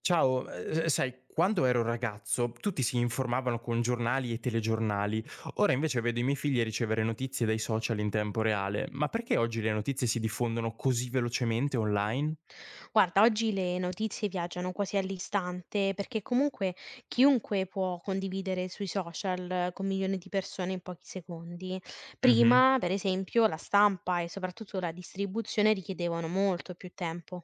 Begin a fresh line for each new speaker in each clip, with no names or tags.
Ciao, sai, quando ero ragazzo tutti si informavano con giornali e telegiornali, ora invece vedo i miei figli ricevere notizie dai social in tempo reale, ma perché oggi le notizie si diffondono così velocemente online?
Guarda, oggi le notizie viaggiano quasi all'istante perché comunque chiunque può condividere sui social con milioni di persone in pochi secondi.
Mhm.
Prima, per esempio, la stampa e soprattutto la distribuzione richiedevano molto più tempo.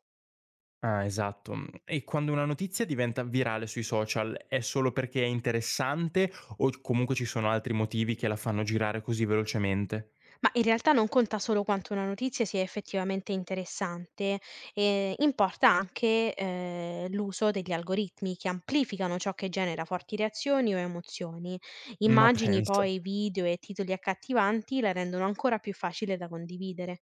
Ah, esatto. E quando una notizia diventa virale sui social è solo perché è interessante o comunque ci sono altri motivi che la fanno girare così velocemente?
Ma in realtà non conta solo quanto una notizia sia effettivamente interessante, importa anche, l'uso degli algoritmi che amplificano ciò che genera forti reazioni o emozioni.
Ma
Immagini,
pensa.
poi video e titoli accattivanti la rendono ancora più facile da condividere.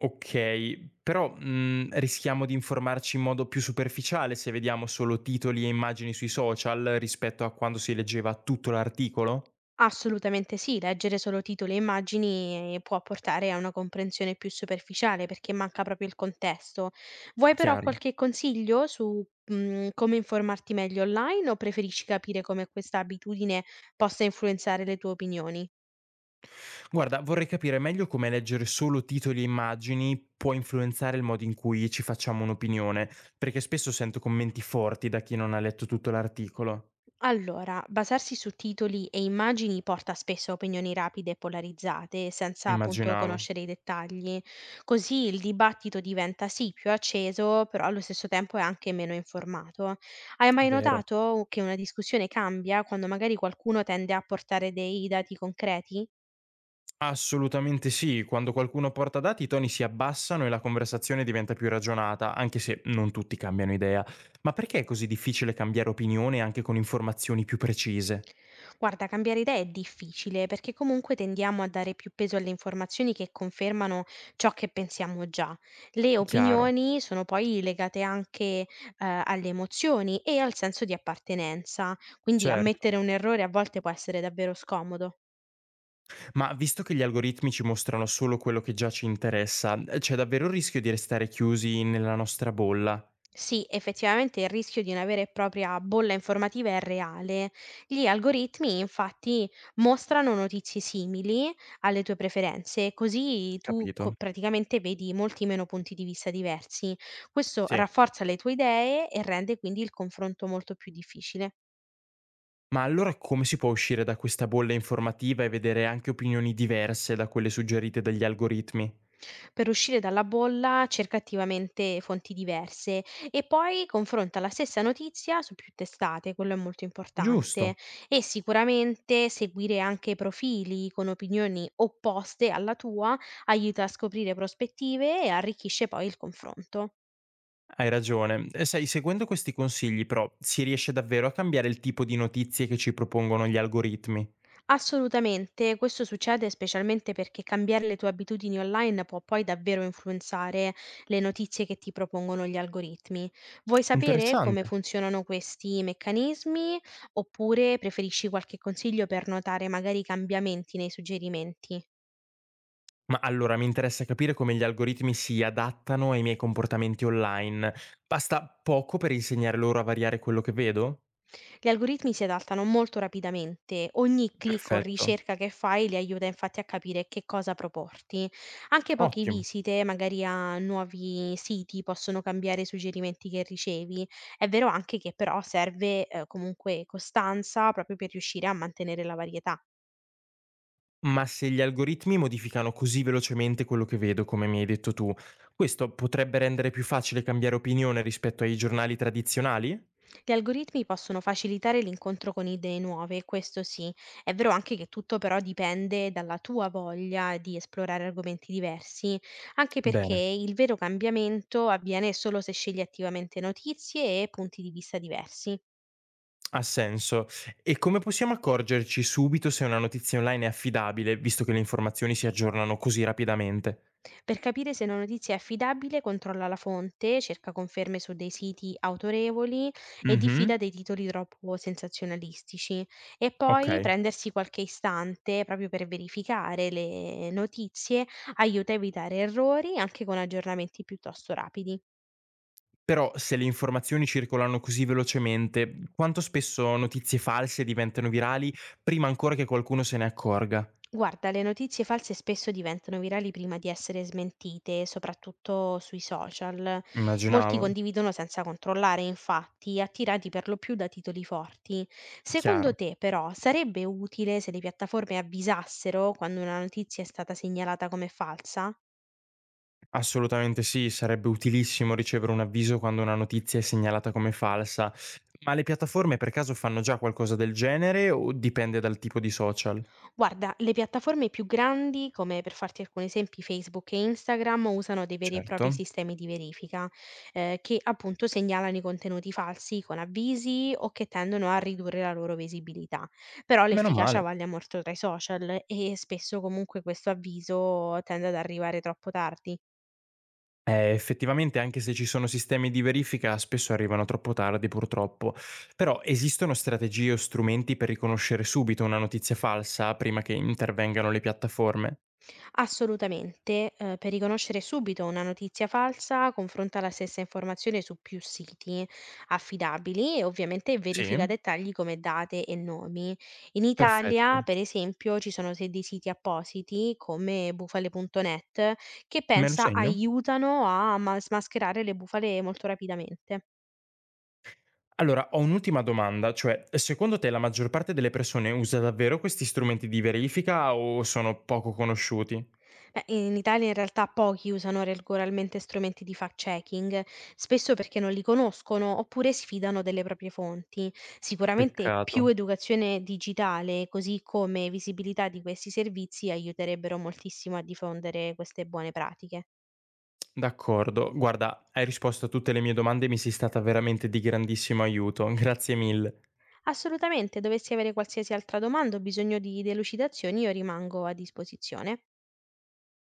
Okay, però, rischiamo di informarci in modo più superficiale se vediamo solo titoli e immagini sui social rispetto a quando si leggeva tutto l'articolo?
Assolutamente sì, leggere solo titoli e immagini può portare a una comprensione più superficiale perché manca proprio il contesto. Vuoi però
Chiaro.
qualche consiglio su, come informarti meglio online o preferisci capire come questa abitudine possa influenzare le tue opinioni?
Guarda, vorrei capire meglio come leggere solo titoli e immagini può influenzare il modo in cui ci facciamo un'opinione, perché spesso sento commenti forti da chi non ha letto tutto l'articolo.
Allora, basarsi su titoli e immagini porta spesso a opinioni rapide e polarizzate, senza appunto
Immaginavo.
conoscere i dettagli. Così il dibattito diventa sì più acceso, però allo stesso tempo è anche meno informato. Hai mai
Vero.
notato che una discussione cambia quando magari qualcuno tende a portare dei dati concreti?
Assolutamente sì, quando qualcuno porta dati i toni si abbassano e la conversazione diventa più ragionata, anche se non tutti cambiano idea. Ma perché è così difficile cambiare opinione anche con informazioni più precise?
Guarda, cambiare idea è difficile perché comunque tendiamo a dare più peso alle informazioni che confermano ciò che pensiamo già. Le
Chiaro,
opinioni sono poi legate anche alle emozioni e al senso di appartenenza, quindi
certo.
ammettere un errore a volte può essere davvero scomodo.
Ma visto che gli algoritmi ci mostrano solo quello che già ci interessa, c'è davvero il rischio di restare chiusi nella nostra bolla?
Sì, effettivamente il rischio di una vera e propria bolla informativa è reale. Gli algoritmi infatti mostrano notizie simili alle tue preferenze, così tu
Capito?
praticamente vedi molti meno punti di vista diversi. Questo
Sì.
rafforza le tue idee e rende quindi il confronto molto più difficile.
Ma allora come si può uscire da questa bolla informativa e vedere anche opinioni diverse da quelle suggerite dagli algoritmi?
Per uscire dalla bolla cerca attivamente fonti diverse e poi confronta la stessa notizia su più testate, quello è molto importante,
Giusto.
e sicuramente seguire anche profili con opinioni opposte alla tua aiuta a scoprire prospettive e arricchisce poi il confronto.
Hai ragione. E sai, seguendo questi consigli, però, si riesce davvero a cambiare il tipo di notizie che ci propongono gli algoritmi.
Assolutamente, questo succede specialmente perché cambiare le tue abitudini online può poi davvero influenzare le notizie che ti propongono gli algoritmi. Vuoi sapere come
Interessante.
funzionano questi meccanismi oppure preferisci qualche consiglio per notare magari i cambiamenti nei suggerimenti?
Ma allora mi interessa capire come gli algoritmi si adattano ai miei comportamenti online. Basta poco per insegnare loro a variare quello che vedo?
Gli algoritmi si adattano molto rapidamente, ogni clic o
Perfetto.
ricerca che fai li aiuta infatti a capire che cosa proporti. Anche poche
Ottimo.
visite, magari a nuovi siti, possono cambiare i suggerimenti che ricevi. È vero anche che però serve comunque costanza proprio per riuscire a mantenere la varietà.
Ma se gli algoritmi modificano così velocemente quello che vedo, come mi hai detto tu, questo potrebbe rendere più facile cambiare opinione rispetto ai giornali tradizionali?
Gli algoritmi possono facilitare l'incontro con idee nuove, questo sì. È vero anche che tutto però dipende dalla tua voglia di esplorare argomenti diversi, anche perché
Bene.
il vero cambiamento avviene solo se scegli attivamente notizie e punti di vista diversi.
Ha senso. E come possiamo accorgerci subito se una notizia online è affidabile, visto che le informazioni si aggiornano così rapidamente?
Per capire se una notizia è affidabile, controlla la fonte, cerca conferme su dei siti autorevoli e
Mh-mh,
diffida dei titoli troppo sensazionalistici. E
ok.
poi prendersi qualche istante proprio per verificare le notizie aiuta a evitare errori anche con aggiornamenti piuttosto rapidi.
Però se le informazioni circolano così velocemente, quanto spesso notizie false diventano virali prima ancora che qualcuno se ne accorga?
Guarda, le notizie false spesso diventano virali prima di essere smentite, soprattutto sui social. Molti
Immaginavo.
condividono senza controllare, infatti, attirati per lo più da titoli forti. Secondo
Chiaro.
te, però, sarebbe utile se le piattaforme avvisassero quando una notizia è stata segnalata come falsa?
Assolutamente sì, sarebbe utilissimo ricevere un avviso quando una notizia è segnalata come falsa. Ma le piattaforme per caso fanno già qualcosa del genere o dipende dal tipo di social?
Guarda, le piattaforme più grandi, come per farti alcuni esempi Facebook e Instagram, usano dei veri e
Certo.
propri sistemi di verifica, che appunto segnalano i contenuti falsi con avvisi o che tendono a ridurre la loro visibilità. Però
Meno
l'efficacia
male.
vaglia molto tra i social e spesso comunque questo avviso tende ad arrivare troppo tardi.
Effettivamente anche se ci sono sistemi di verifica spesso arrivano troppo tardi purtroppo, però esistono strategie o strumenti per riconoscere subito una notizia falsa prima che intervengano le piattaforme?
Assolutamente, per riconoscere subito una notizia falsa, confronta la stessa informazione su più siti affidabili e ovviamente verifica
Sì?
dettagli come date e nomi. In Italia,
Perfetto.
per esempio, ci sono dei siti appositi come bufale.net che
Me lo
pensa
segno?
aiutano a smascherare le bufale molto rapidamente.
Allora, ho un'ultima domanda, cioè, secondo te la maggior parte delle persone usa davvero questi strumenti di verifica o sono poco conosciuti?
In Italia in realtà pochi usano regolarmente strumenti di fact-checking, spesso perché non li conoscono oppure sfidano delle proprie fonti. Sicuramente più
Peccato.
educazione digitale, così come visibilità di questi servizi, aiuterebbero moltissimo a diffondere queste buone pratiche.
D'accordo. Guarda, hai risposto a tutte le mie domande e mi sei stata veramente di grandissimo aiuto. Grazie mille.
Assolutamente, dovessi avere qualsiasi altra domanda o bisogno di delucidazioni, io rimango a disposizione.